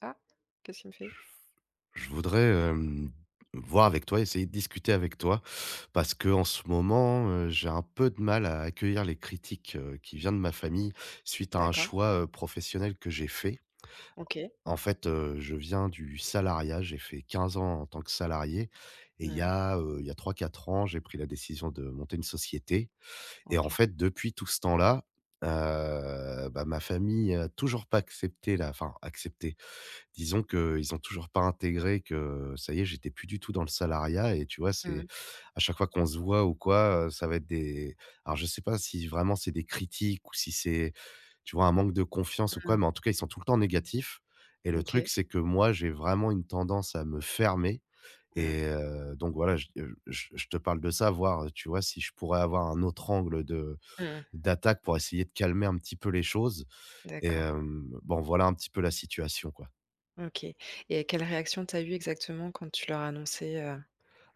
Ah! Qu'est-ce qu'il me fait? Je voudrais, voir avec toi, essayer de discuter avec toi parce que en ce moment, j'ai un peu de mal à accueillir les critiques, qui viennent de ma famille suite à un D'accord, choix, professionnel que j'ai fait. OK. En fait, je viens du salariat, j'ai fait 15 ans en tant que salarié et il y Mmh, a, heu, il y a 3 4 ans, j'ai pris la décision de monter une société et en OK. fait, depuis tout ce temps-là, bah, ma famille a toujours pas accepté la enfin accepté. Disons qu'ils ont toujours pas intégré que ça y est, j'étais plus du tout dans le salariat et tu vois, Mmh, c'est à chaque fois qu'on se voit ou quoi, ça va être des alors je sais pas si vraiment c'est des critiques ou si c'est, tu vois, un manque de confiance ou quoi, mmh, mais en tout cas, ils sont tout le temps négatifs et le truc, OK. c'est que moi, j'ai vraiment une tendance à me fermer Mmh, et donc voilà, je te parle de ça, voir, tu vois, si je pourrais avoir un autre angle de mmh. d'attaque pour essayer de calmer un petit peu les choses et D'accord, bon, voilà un petit peu la situation, quoi. OK, et quelle réaction t'as eu exactement quand tu leur as annoncé,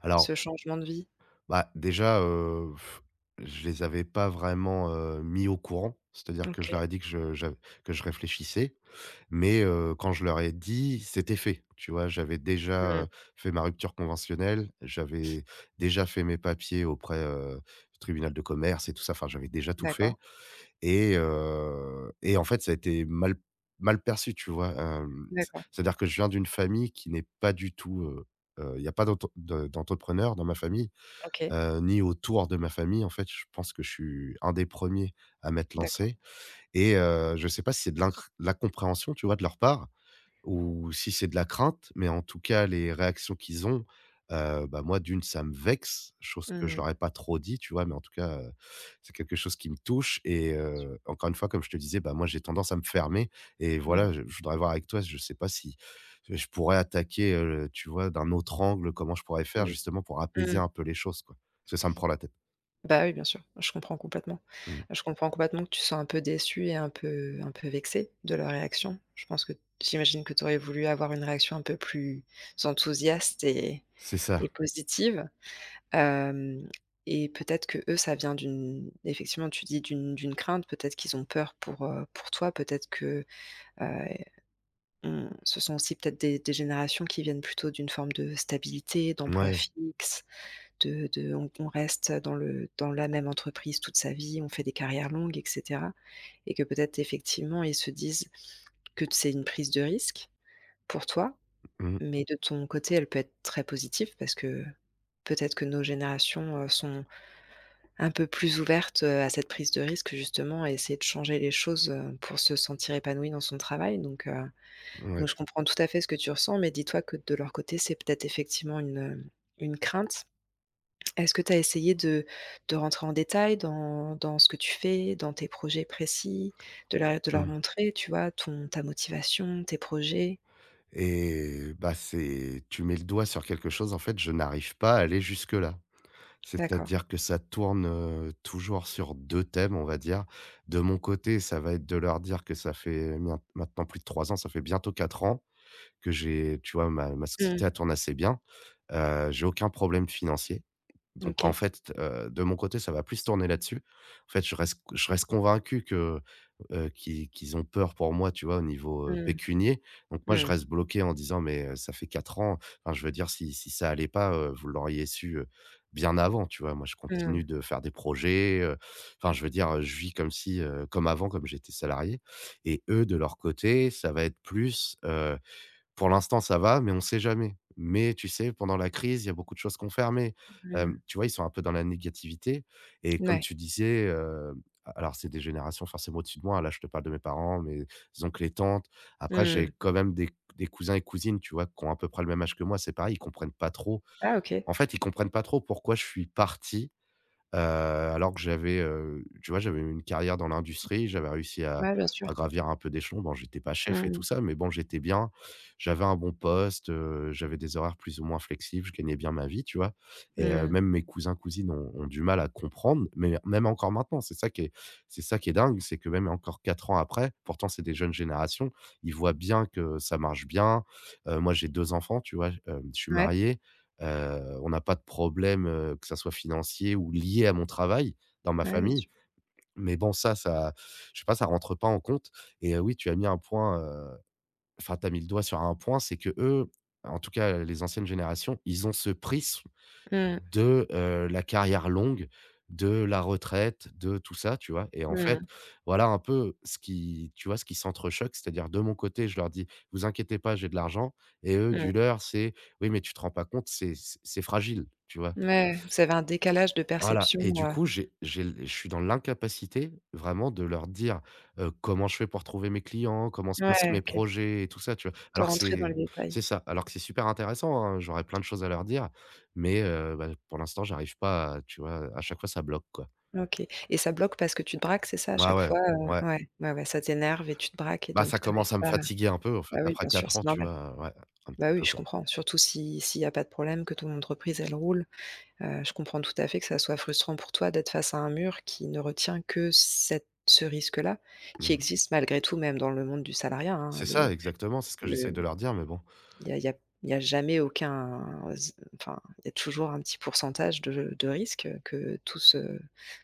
Alors, ce changement de vie? bah, déjà, je les avais pas vraiment, mis au courant. C'est-à-dire que je OK. leur ai dit que je réfléchissais, mais quand je leur ai dit, c'était fait. Tu vois? J'avais déjà, Mmh. Fait ma rupture conventionnelle, j'avais déjà fait mes papiers auprès, du tribunal de commerce et tout ça. Enfin, j'avais déjà tout fait D'accord, et en fait, ça a été mal perçu, tu vois? Hem, c d'accord. C'est-à-dire que je viens d'une famille qui n'est pas du tout, il y a pas d'entrepreneur dans ma famille, OK. Ni autour de ma famille. En fait, je pense que je suis un des premiers à m'être D'accord. lancé et je ne sais pas si c'est de l'incompréhension, tu vois, de leur part ou si c'est de la crainte, mais en tout cas, les réactions qu'ils ont, bah, moi, d'une, ça me vexe, chose que je leur Mmh. ai pas trop dit, tu vois? Mais en tout cas, c'est quelque chose qui me touche et Bien sûr. Encore une fois, comme je te disais, bah, moi, j'ai tendance à me fermer et Mmh, voilà, je voudrais voir avec toi, je sais pas si je pourrais attaquer, tu vois, d'un autre angle, comment je pourrais faire mmh, justement pour apaiser mmh. un peu les choses, quoi? Parce que ça me prend la tête. Bah oui, bien sûr, je comprends complètement. Mmh. Je comprends complètement que tu sois un peu déçu et un peu vexé de leur réaction. Je pense que j'imagine que tu aurais voulu avoir une réaction un peu plus enthousiaste C'est ça. et positive, hem et peut-être que eux, ça vient d'une, effectivement, tu dis, d'une crainte, peut-être qu'ils ont peur pour toi, peut-être que, heu, on ce sont aussi peut-être des générations qui viennent plutôt d'une forme de stabilité, d'emploi Ouais. fixe, de on reste dans le dans la même entreprise toute sa vie, on fait des carrières longues, et cetera, et que peut-être effectivement ils se disent que c'est une prise de risque pour toi, Mmh. mais de ton côté, elle peut être très positive parce que peut-être que nos générations, sont un peu plus ouvertes, à cette prise de risque, justement à essayer de changer les choses, pour se sentir épanoui dans son travail. Donc donc Ouais. je comprends tout à fait ce que tu ressens, mais dis-toi que de leur côté, c'est peut-être effectivement une crainte. Est-ce que tu as essayé de rentrer en détail dans dans ce que tu fais, dans tes projets précis, de leur Mmh. montrer, tu vois, ton ta motivation, tes projets? Et bah, c'est tu mets le doigt sur quelque chose, en fait, je n'arrive pas à aller jusque-là. D'accord. C'est-à-dire que ça tourne, toujours sur 2 thèmes, on va dire. De mon côté, ça va être de leur dire que ça fait mien maintenant plus de 3 ans, ça fait bientôt 4 ans que j'ai tu vois, ma société, Mmh. elle tourne assez bien. J'ai aucun problème financier. Donc en OK. fait, de mon côté, ça va plus tourner là-dessus. En fait, je reste convaincu que, qu'ils qu'ils ont peur pour moi, tu vois, au niveau, Mmh. pécunier. Donc moi, je Mmh. reste bloqué en disant: «Mais, ça fait 4 ans, enfin, je veux dire, si ça allait pas, vous l'auriez su, bien avant», tu vois? Moi, je Mmh. continue de faire des projets, enfin, je veux dire, je vis comme si, comme avant, comme j'étais salarié et eux, de leur côté, ça va être plus, pour l'instant, ça va, mais on sait jamais. Mais tu sais, pendant la crise, il y a beaucoup de choses qui ont fermé. Mmh. Tu vois, ils sont un peu dans la négativité et comme Ouais. tu disais, a alors c'est des générations forcément au-dessus de moi. Là, je te parle de mes parents, mes oncles et tantes. Après, j'ai Mmh. quand même des cousins et cousines, tu vois, qui ont à peu près le même âge que moi. C'est pareil, ils comprennent pas trop. Ah, OK. En fait, ils comprennent pas trop pourquoi je suis parti. Alors que j'avais, tu vois, j'avais eu une carrière dans l'industrie, j'avais réussi Ouais, bien sûr. à gravir un peu d'échelons. Bon, j'étais pas chef et Mmh. tout ça, mais bon, j'étais bien. J'avais un bon poste, j'avais des horaires plus ou moins flexibles, je gagnais bien ma vie, tu vois? Et Mmh. même mes cousins, cousines ont du mal à comprendre, mais même encore maintenant, c'est ça qui est dingue, c'est que même encore 4 ans après, pourtant c'est des jeunes générations, ils voient bien que ça marche bien. Moi, j'ai 2 enfants, tu vois? Je suis Ouais. marié. On n'a pas de problème, que ça soit financier ou lié à mon travail, dans ma Ouais, bien famille. sûr. Mais bon, ça je sais pas, ça rentre pas en compte et oui, tu as mis un point, enfin, tu as mis le doigt sur un point, c'est que eux, en tout cas, les anciennes générations, ils ont ce prix Mmh. de, la carrière longue, de la retraite, de tout ça, tu vois? Et en Mmh. fait, voilà un peu ce qui tu vois, ce qui s'entrechoque, c'est-à-dire de mon côté, je leur dis: «Vous inquiétez pas, j'ai de l'argent» et eux, Mmh. du leur, c'est: «Oui, mais tu te rends pas compte, c'est c'est fragile», tu vois? Ouais, vous avez un décalage de Voilà perception, et du coup, j'ai l je suis dans l'incapacité vraiment de leur dire, comment je fais pour trouver mes clients, comment se passent ouais, mes OK, projets et tout ça, tu vois? de Alors que rentrer dans les détails. c'est ça, alors que c'est super intéressant, hein, j'aurais plein de choses à leur dire, mais bah, pour l'instant, j'arrive pas, tu vois? À chaque fois, ça bloque, quoi. OK, et ça bloque parce que tu te braques, c'est ça à Ouais, chaque ouais, fois, ouais. Ouais, ouais, ouais, ça t'énerve et tu te braques et Bah, ça donc t'arrives commence à me pas à. fatiguer un peu, en fait, Bah oui, après bien sûr, 4 c'est ans, tu normal. vois? Ouais, un petit Bah oui, peu, je quoi. comprends, surtout si s'il y a pas de problème, que ton entreprise, elle roule, je comprends tout à fait que ça soit frustrant pour toi d'être face à un mur qui ne retient que cette ce risque-là, qui Mmh. existe malgré tout, même dans le monde du salariat, hein. C'est ça, Le exactement, c'est ce que j'essaye le de leur dire, mais bon. il y a il y a, il y a jamais aucun, enfin, il y a toujours un petit pourcentage de risque, que tout se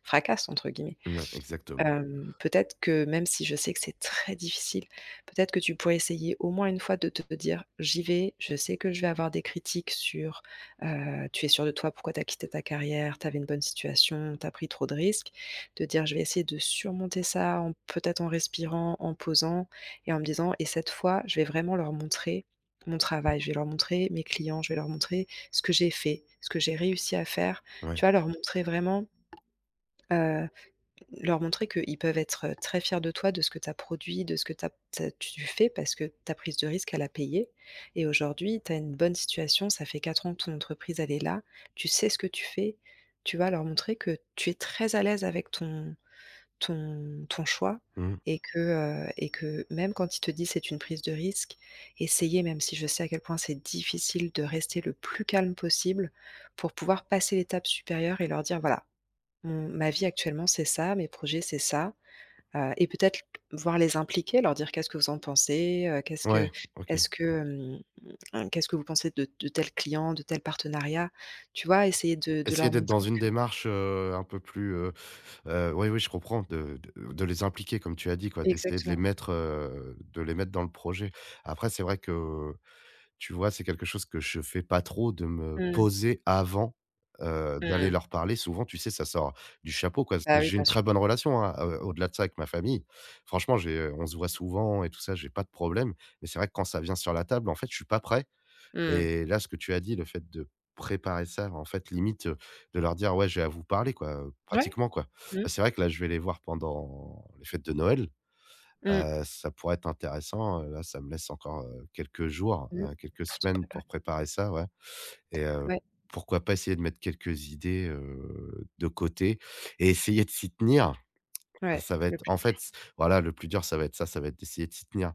«fracasse» entre guillemets. Mouais, exactement. Peut-être que même si je sais que c'est très difficile, peut-être que tu pourrais essayer au moins une fois de te dire: «J'y vais, je sais que je vais avoir des critiques sur, tu es sûr de toi, pourquoi tu as quitté ta carrière? Tu avais une bonne situation, tu as pris trop de risques». De dire: «Je vais essayer de surmonter ça en, peut-être en respirant, en posant et en me disant, et cette fois, je vais vraiment leur montrer mon travail, je vais leur montrer mes clients, je vais leur montrer ce que j'ai fait, ce que j'ai réussi à faire». Tu Ouais. vois? Leur montrer vraiment, heu leur montrer qu'ils peuvent être très fiers de toi, de ce que tu as produit, de ce que tu as tu fais parce que ta prise de risque, elle a payé, et aujourd'hui, tu as une bonne situation, ça fait 4 ans que ton entreprise, elle est là, tu sais ce que tu fais. Tu vas leur montrer que tu es très à l'aise avec ton ton ton choix, Mmh. Et que même quand ils te disent: «C'est une prise de risque», essayer, même si je sais à quel point c'est difficile, de rester le plus calme possible pour pouvoir passer l'étape supérieure et leur dire: «Voilà, mmh, ma vie actuellement, c'est ça, mes projets, c'est ça, et peut-être voir les impliquer, leur dire: «Qu'est-ce que vous en pensez? Qu'est-ce Ouais, que, OK. est-ce que, mmh, hein, qu'est-ce que vous pensez de tel client, de tel partenariat?» Tu vois? Essayer de Essayer leur d'être dans montrer une que démarche, un peu plus, oui, oui, je comprends, de les impliquer comme tu as dit, quoi, d'essayer exactement. De les mettre, dans le projet. Après, c'est vrai que, tu vois, c'est quelque chose que je fais pas trop, de me Mmh, poser avant, d'aller mmh. leur parler. Souvent, tu sais, ça sort du chapeau, quoi. Bah oui, J'ai bien une sûr. très bonne relation, hein, au-delà de ça avec ma famille. Franchement, j'ai on se voit souvent et tout ça, j'ai pas de problème. Mais c'est vrai que quand ça vient sur la table, en fait, je suis pas prêt. Mmh. Et là, ce que tu as dit, le fait de préparer ça, en fait, limite, de leur dire: «Ouais, je vais à vous parler», quoi, Ouais. pratiquement, quoi. Bah, Mmh. c'est vrai que là, je vais les voir pendant les fêtes de Noël, Mmh. Ça pourrait être intéressant, là, ça me laisse encore, quelques jours, Mmh. Quelques Pour se semaines préparer. pour préparer ça, ouais, et Ouais, pourquoi pas essayer de mettre quelques idées, de côté et essayer de s'y tenir. Ça ouais, ça va le être plus en dur. fait, c- Voilà, le plus dur, ça va être ça, ça va être d'essayer de s'y tenir.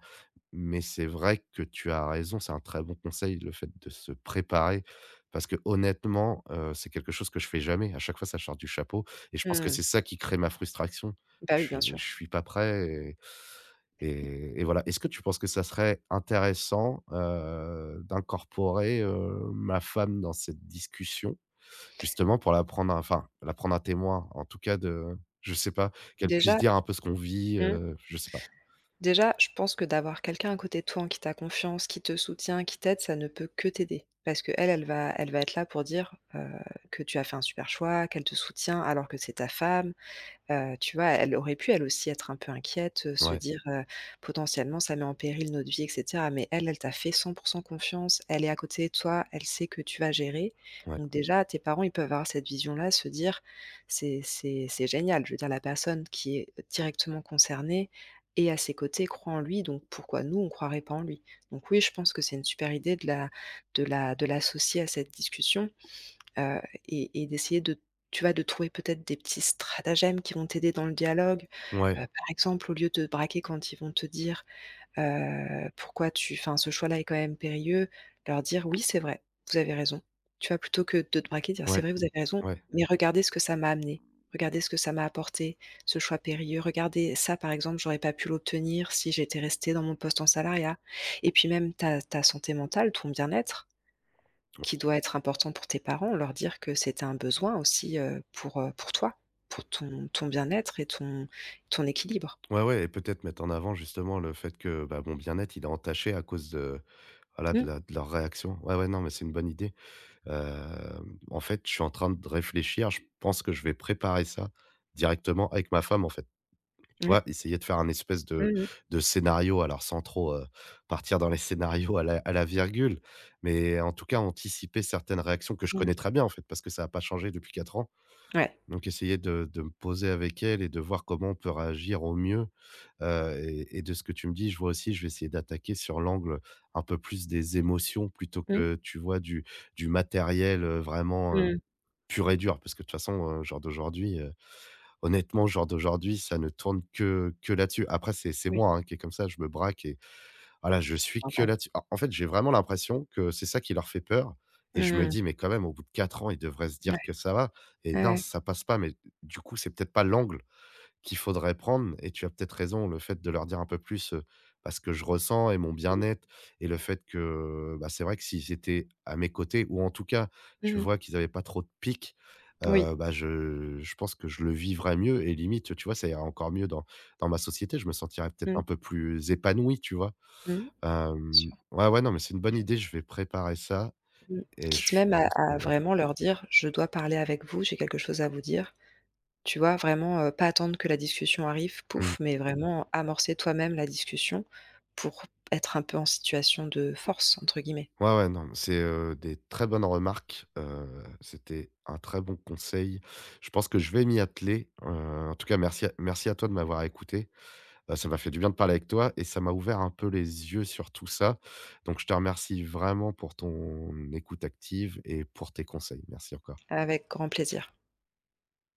Mais c'est vrai que tu as raison, c'est un très bon conseil, le fait de se préparer. Parce que honnêtement, c'est quelque chose que je fais jamais. À chaque fois, ça sort du chapeau et je pense que Mmh. c'est ça qui crée ma frustration. Bah Je oui, bien suis je sûr. suis pas prêt et voilà. Est-ce que tu penses que ça serait intéressant, d'incorporer, ma femme dans cette discussion? Justement pour enfin, la prendre à témoin, en tout cas de je sais pas, qu'elle puisse Déjà, dire un peu ce qu'on vit, mmh. Je sais pas. Déjà, je pense que d'avoir quelqu'un à côté de toi en qui tu as confiance, qui te soutient, qui t'aide, ça ne peut que t'aider. Parce que elle elle va être là pour dire, que tu as fait un super choix, qu'elle te soutient alors que c'est ta femme. Tu vois, elle aurait pu elle aussi être un peu inquiète, se mmh, Ouais, dire, «Potentiellement ça met en péril notre vie, et cetera», mais elle, elle t'a fait 100% confiance, elle est à côté de toi, elle sait que tu vas gérer. ouais, Donc déjà, tes parents, ils peuvent avoir cette vision-là, se dire: c'est génial». Je veux dire, la personne qui est directement concernée est à ses côtés, croit en lui, donc pourquoi nous, on ne croirait pas en lui? Donc oui, je pense que c'est une super idée de la de la de l'associer à cette discussion. Heu et d'essayer de, tu vois, de trouver peut-être des petits stratagèmes qui vont t'aider dans le dialogue. ouais, Par exemple, au lieu de te braquer quand ils vont te dire, «Pourquoi tu, enfin, ce choix-là est quand même périlleux», leur dire: «Oui, c'est vrai, vous avez raison». Tu vois, plutôt que de te braquer, dire: «C'est ouais, vrai, vous avez raison, ouais. mais regardez ce que ça m'a amené. Regardez ce que ça m'a apporté, ce choix périlleux. Regardez, ça, par exemple, j'aurais pas pu l'obtenir si j'étais restée dans mon poste en salariat», et puis même ta ta santé mentale, ton bien-être qui doit être important pour tes parents, leur dire que c'est un besoin aussi, pour toi, pour ton ton bien-être et ton ton équilibre. Ouais, ouais et peut-être mettre en avant justement le fait que, bah, mon bien-être, il est entaché à cause de, voilà, Mmh, de leur réaction. Ouais, ouais, non, mais c'est une bonne idée. En fait, je suis en train de réfléchir. Je pense que je vais préparer ça directement avec ma femme, en fait. Tu ouais. vois? Essayer de faire un espèce de Mmh mh. Scénario, alors sans trop, partir dans les scénarios à la virgule, mais en tout cas anticiper certaines réactions que je Mmh. connais très bien, en fait, parce que ça n'a pas changé depuis 4 ans. Ouais. Donc essayer de me poser avec elle et de voir comment on peut réagir au mieux, de ce que tu me dis, je vois aussi, je vais essayer d'attaquer sur l'angle un peu plus des émotions plutôt Mmh. que, tu vois, du matériel, vraiment, Mmh. pur et dur. Parce que de toute façon, genre d'aujourd'hui, honnêtement, genre d'aujourd'hui, ça ne tourne que là-dessus. Après c'est Oui, moi, hein, qui est comme ça, je me braque et voilà, je c'est suis que normal. là-dessus. En fait, j'ai vraiment l'impression que c'est ça qui leur fait peur et je me Mmh. dis: «Mais quand même, au bout de 4 ans, ils devraient se Ouais. dire que ça va» et Ouais, non, ouais. ça passe pas, mais du coup, c'est peut-être pas l'angle qu'il faudrait prendre et tu as peut-être raison, le fait de leur dire un peu plus, bah, ce que je ressens et mon Mmh. bien-être et le fait que, bah, c'est vrai que s'ils étaient à mes côtés ou en tout cas, tu Mmh. vois, qu'ils avaient pas trop de pics, Oui. Bah, je pense que je le vivrais mieux et limite, tu vois, ça irait encore mieux dans dans ma société. Je me sentirais peut-être Mmh. un peu plus épanoui, tu vois? Mmh. Bien sûr. Ouais, ouais, non, mais c'est une bonne idée, je vais préparer ça Mmh. et Quitte je même pense que à ouais. vraiment leur dire: «Je dois parler avec vous, j'ai quelque chose à vous dire». Tu vois? Vraiment, pas attendre que la discussion arrive, Mmh. pouf, mais mmh, vraiment amorcer toi-même la discussion pour être un peu en situation de «force» entre guillemets. Ouais, ouais, non, c'est, des très bonnes remarques, c'était un très bon conseil. Je pense que je vais m'y atteler, en tout cas merci à toi de m'avoir écouté. Ça m'a fait du bien de parler avec toi et ça m'a ouvert un peu les yeux sur tout ça. Donc je te remercie vraiment pour ton écoute active et pour tes conseils. Merci encore. Avec grand plaisir.